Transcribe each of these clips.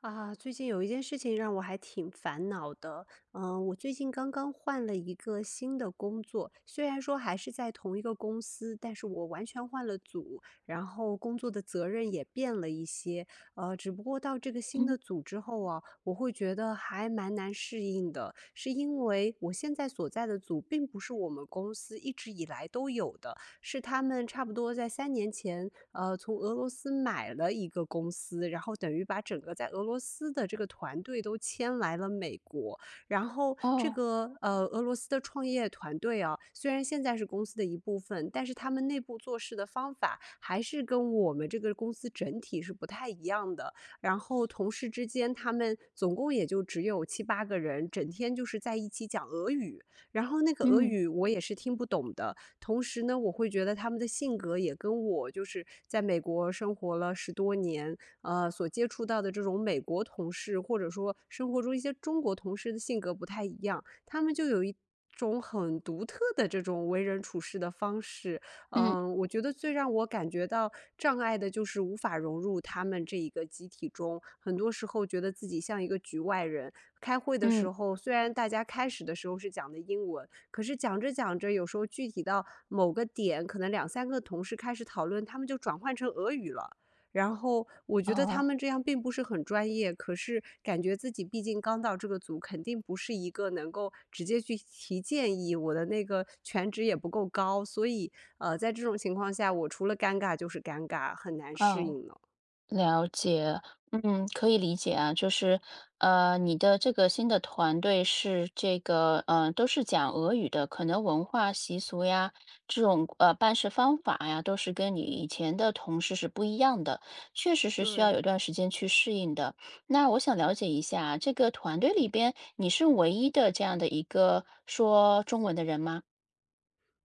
啊，最近有一件事情让我还挺烦恼的。我最近刚刚换了一个新的工作，虽然说还是在同一个公司，但是我完全换了组，然后工作的责任也变了一些。只不过到这个新嗯。的组之后啊，我会觉得还蛮难适应的，是因为我现在所在的组并不是我们公司一直以来都有的，是他们差不多在三年前，从俄罗斯买了一个公司，然后等于把整个在俄罗斯的这个团队都迁来了美国。然后这哦。个，俄罗斯的创业团队啊，虽然现在是公司的一部分，但是他们内部做事的方法还是跟我们这个公司整体是不太一样的。然后同事之间，他们总共也就只有七八个人，整天就是在一起讲俄语，然后那个俄嗯语我也是听不懂的，同时呢，我会觉得他们的性格也跟我就是在美国生活了十多年，所接触到的这种美国同事，或者说生活中一些中国同事的性格不太一样，他们就有一种很独特的这种为人处事的方式。嗯我觉得最让我感觉到障碍的就是无法融入他们这一个集体中，很多时候觉得自己像一个局外人。开会的嗯，时候，虽然大家开始的时候是讲的英文，可是讲着讲着，有时候具体到某个点，可能两三个同事开始讨论，他们就转换成俄语了。然后我觉得他哦们这样并不是很专业，可是感觉自己毕竟刚到这个组，肯定不是一个能够直接去提建议，我的那个全职也不够高，所以在这种情况下，我除了尴尬就是尴尬，很难适哦，应了。了解。嗯，可以理解啊。你的这个新的团队是都是讲俄语的，可能文化习俗呀，这种办事方法呀，都是跟你以前的同事是不一样的，确实是需要对，有段时间去适应的。那我想了解一下啊，这个团队里边你是唯一的这样的一个说中文的人吗？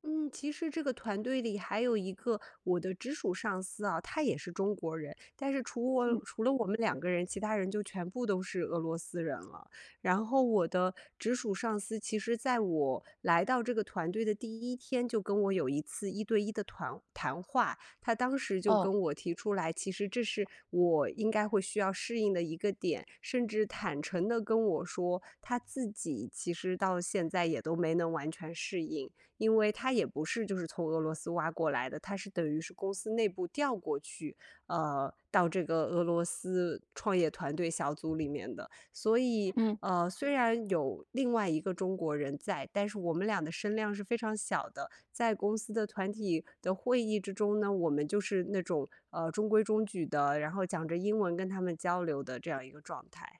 嗯，其实这个团队里还有一个我的直属上司啊，他也是中国人，但是嗯。除了我们两个人，其他人就全部都是俄罗斯人了。然后我的直属上司，其实在我来到这个团队的第一天，就跟我有一次一对一的团谈话，他当时就哦。跟我提出来，其实这是我应该会需要适应的一个点，甚至坦诚的跟我说，他自己其实到现在也都没能完全适应。因为他也不是就是从俄罗斯挖过来的，他是等于是公司内部调过去，到这个俄罗斯创业团队小组里面的。所以，嗯。虽然有另外一个中国人在，但是我们俩的声量是非常小的。在公司的团体的会议之中呢，我们就是那种中规中矩的，然后讲着英文跟他们交流的这样一个状态。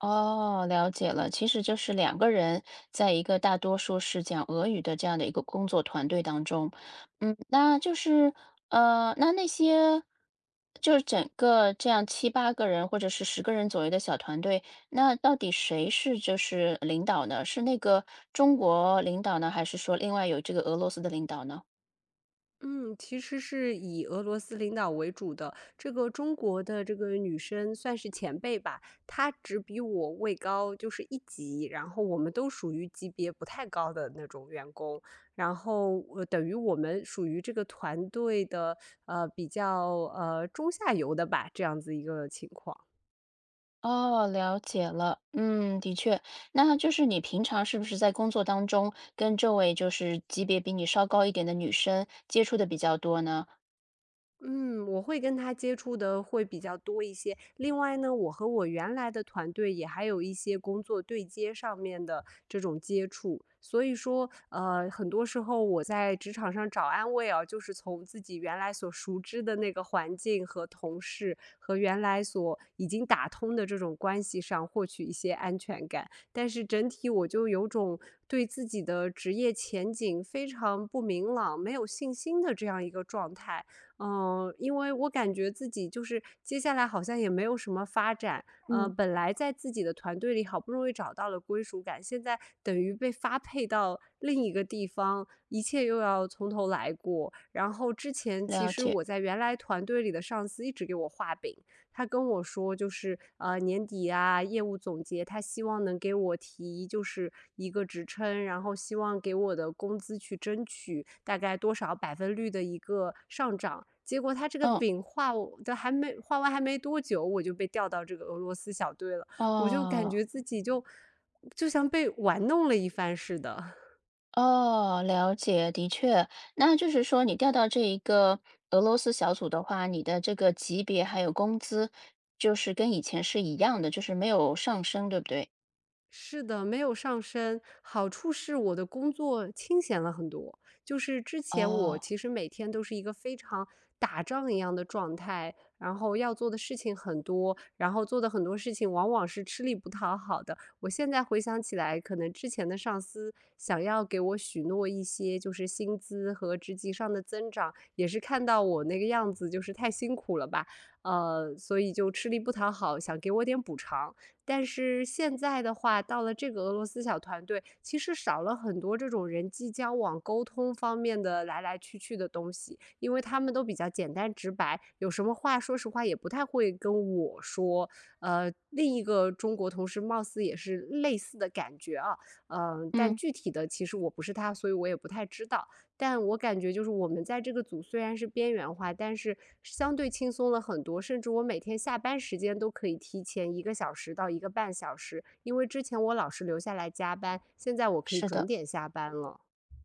哦，了解了。其实就是两个人在一个大多数是讲俄语的这样的一个工作团队当中。嗯，那就是呃，那那些就是整个这样七八个人或者是十个人左右的小团队，那到底谁是就是领导呢？是那个中国领导呢，还是说另外有这个俄罗斯的领导呢？嗯，其实是以俄罗斯领导为主的。这个中国的这个女生算是前辈吧，她只比我位高就是一级，然后我们都属于级别不太高的那种员工，然后等于我们属于这个团队的比较中下游的吧，这样子一个情况。哦，了解了。嗯，的确，那就是你平常是不是在工作当中跟这位就是级别比你稍高一点的女生接触的比较多呢？嗯，我会跟他接触的会比较多一些。另外呢，我和我原来的团队也还有一些工作对接上面的这种接触，所以说，很多时候我在职场上找安慰啊，就是从自己原来所熟知的那个环境和同事和原来所已经打通的这种关系上获取一些安全感。但是整体我就有种对自己的职业前景非常不明朗、没有信心的这样一个状态。嗯，因为我感觉自己就是接下来好像也没有什么发展，嗯，本来在自己的团队里好不容易找到了归属感，现在等于被发配到另一个地方，一切又要从头来过。然后之前其了实解。我在原来团队里的上司一直给我画饼，他跟我说就是，年底啊，业务总结，他希望能给我提就是一个职称，然后希望给我的工资去争取大概多少百分率的一个上涨。结果他这个嗯。饼画我的还没画完还没多久，我就被调到这个俄罗斯小队了，我就感哦。觉自己就像被玩弄了一番似的。哦，了解，的确，那就是说你调到这一个俄罗斯小组的话，你的这个级别还有工资，就是跟以前是一样的，就是没有上升，对不对？是的，没有上升。好处是我的工作清闲了很多，就是之前我哦。其实每天都是一个非常打仗一样的状态，然后要做的事情很多，然后做的很多事情往往是吃力不讨好的。我现在回想起来，可能之前的上司想要给我许诺一些就是薪资和职级上的增长，也是看到我那个样子就是太辛苦了吧，所以就吃力不讨好，想给我点补偿。但是现在的话，到了这个俄罗斯小团队，其实少了很多这种人际交往、沟通方面的来来去去的东西，因为他们都比较简单直白，有什么话说实话也不太会跟我说。另一个中国同事貌似也是类似的感觉啊，嗯、但嗯，具体的其实我不是他，所以我也不太知道。但我感觉就是我们在这个组虽然是边缘化，但是相对轻松了很多，甚至我每天下班时间都可以提前一个小时到一个半小时，因为之前我老是留下来加班，现在我可以是准的。点下班了。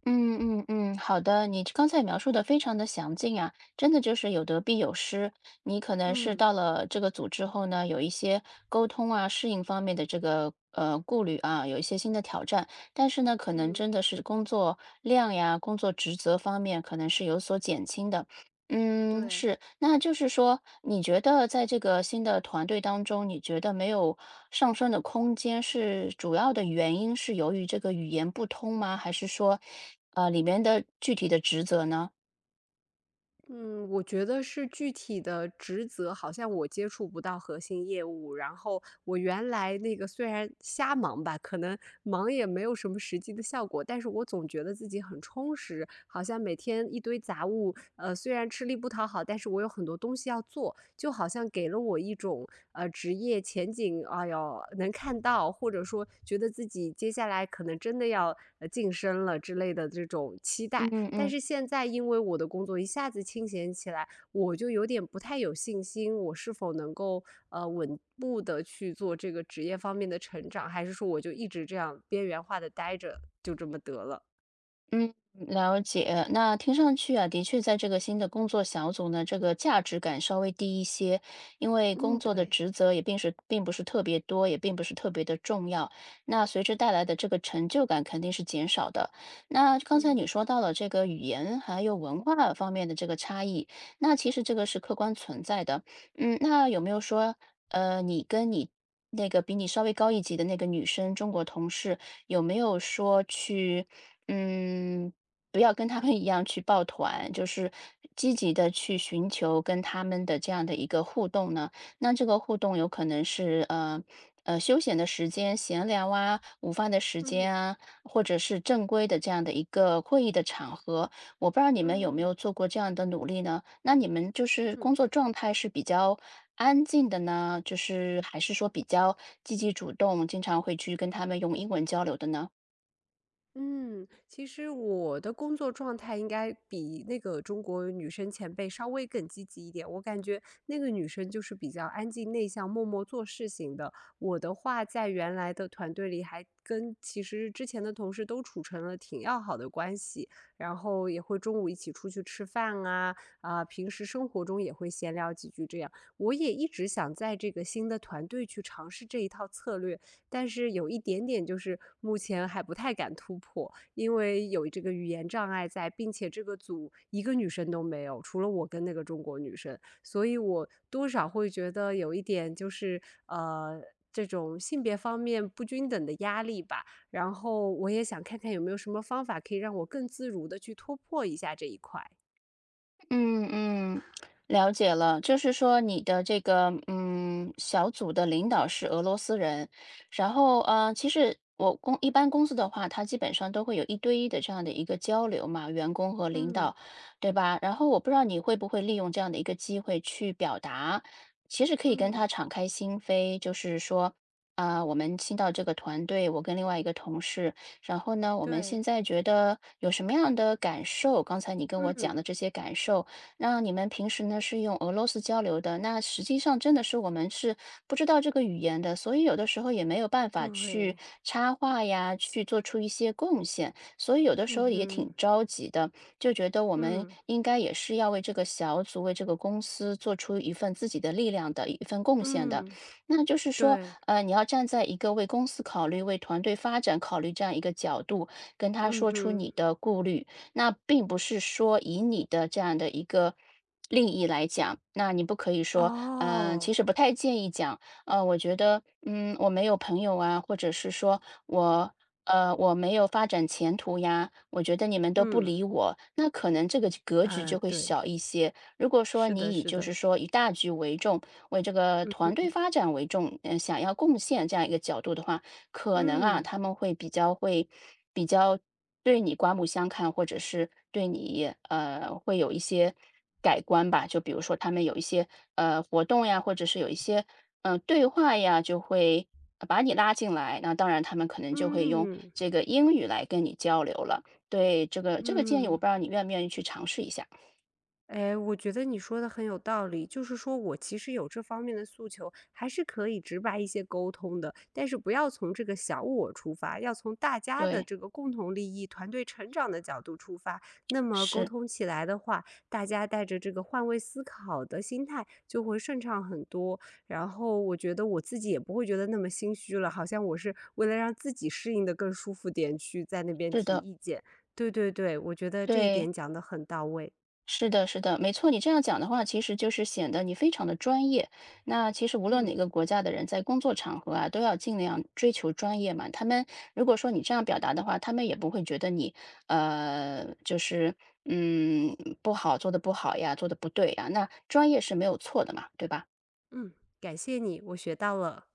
嗯嗯嗯，好的，你刚才描述的非常的详尽啊，真的就是有得必有失。你可能是嗯。到了这个组之后呢，有一些沟通啊、适应方面的这个顾虑啊，有一些新的挑战，但是呢，可能嗯，真的是工作量呀、工作职责方面可能是有所减轻的。嗯，对。是，那就是说，你觉得在这个新的团队当中，你觉得没有上升的空间，是主要的原因是由于这个语言不通吗？还是说，呃，里面的具体的职责呢？嗯，我觉得是具体的职责，好像我接触不到核心业务。然后我原来那个虽然瞎忙吧，可能忙也没有什么实际的效果，但是我总觉得自己很充实，好像每天一堆杂物，虽然吃力不讨好，但是我有很多东西要做，就好像给了我一种职业前景，哎呦能看到，或者说觉得自己接下来可能真的要晋升了之类的这种期嗯待。嗯。但嗯是现在因为我的工作一下子清闲起来，我就有点不太有信心，我是否能够稳步的去做这个职业方面的成长，还是说我就一直这样边缘化的待着，就这么得了？嗯，了解。那听上去啊，的确在这个新的工作小组呢，这个价值感稍微低一些，因为工嗯，作的对，职责也并不是特别多，也并不是特别的重要。那随之带来的这个成就感肯定是减少的。那刚才嗯你说到了这个语言还有文化方面的这个差异，那其实这个是客观存在的。嗯，那有没有说，呃，你跟你那个比你稍微高一级的那个女生，中国同事？有没有说去，嗯，不要跟他们一样去抱团，就是积极的去寻求跟他们的这样的一个互动呢？那这个互动有可能是，休闲的时间、闲聊啊，午饭的时间嗯啊，或者是正规的这样的一个会议的场合，我不知道你们有没有嗯做过这样的努力呢？那你们就是工嗯。作状态是比较安静的呢，就是还是说比较积极主动，经常会去跟他们用英文交流的呢？嗯，其实我的工作状态应该比那个中国女生前辈稍微更积极一点。我感觉那个女生就是比较安静内向、默默做事型的。我的话，在原来的团队里还跟其实之前的同事都处成了挺要好的关系，然后也会中午一起出去吃饭啊，啊，平时生活中也会闲聊几句这样。我也一直想在这个新的团队去尝试这一套策略，但是有一点点就是目前还不太敢突破，因为有这个语言障碍在，并且这个组一个女生都没有，除了我跟那个中国女生，所以我多少会觉得有一点就是呃。这种性别方面不均等的压力吧，然后我也想看看有没有什么方法可以让我更自如的去突破一下这一块。嗯嗯，了解了，就是说你的这个小组的领导是俄罗斯人，然后呃，其实一般公司的话，它基本上都会有一对一的这样的一个交流嘛，员工和领嗯导，对吧？然后我不知道你会不会利用这样的一个机会去表达，其实可以跟嗯，他敞开心扉，就是说啊、我们新到这个团队，我跟另外一个同事。然后呢，我们对，现在觉得有什么样的感受？刚才你跟我讲嗯的这些感受，那你们平时呢是用俄罗斯交流的，那实际上真的是我们是不知道这个语言的，所以有的时候也没有办法去对，插话呀，去做出一些贡献，所以有的时嗯候也哼，挺着急的，就觉得我们嗯应该也是要为这个小组、为这个公司做出一份自己的力量的一份贡献的。嗯那就是说，对，呃，你要站在一个为公司考虑、为团队发展考虑这样一个角度，跟他嗯说出哼。你的顾虑。那并不是说以你的这样的一个利益来讲，那你不可以说，呃，哦，其实不太建议讲，呃，我觉得，嗯，我没有朋友啊，或者是说我。呃，我没有发展前途呀，我觉得你们都不嗯，理我，那可能这个格局啊，就会对，小一些。如果说是的，你以是就是的，说以大局为重，为这个团嗯队发展为重，嗯、想要贡献这样一个角度的话，可能啊嗯他们会比较会比较对你刮目相看，或者是对你会有一些改观吧。就比如说他们有一些活动呀，或者是有一些嗯、对话呀，就会把你拉进来。那当然，他们可能就会用嗯这个英语来跟你交流了。对这个建议，我嗯。不知道你愿不愿意去尝试一下。哎，我觉得你说的很有道理，就是说我其实有这方面的诉求，还是可以直白一些沟通的，但是不要从这个小我出发，要从大家的对，这个共同利益、团队成长的角度出发。那么沟是。通起来的话，大家带着这个换位思考的心态，就会顺畅很多。然后我觉得我自己也不会觉得那么心虚了，好像我是为了让自己适应的更舒服点去在那边是提的，意见。对对对，我觉得这一对，点讲得很到位。是的，是的，没错。你这样讲的话，其实就是显得你非常的专业。那其实无论哪嗯。个国家的人，在工作场合啊，都要尽量追求专业嘛。他们如果说你这样表达的话，他们也不会觉得你呃，就是嗯不好，做的不好呀，做的不对呀。那专业是没有错的嘛，对吧？嗯，感谢你，我学到了。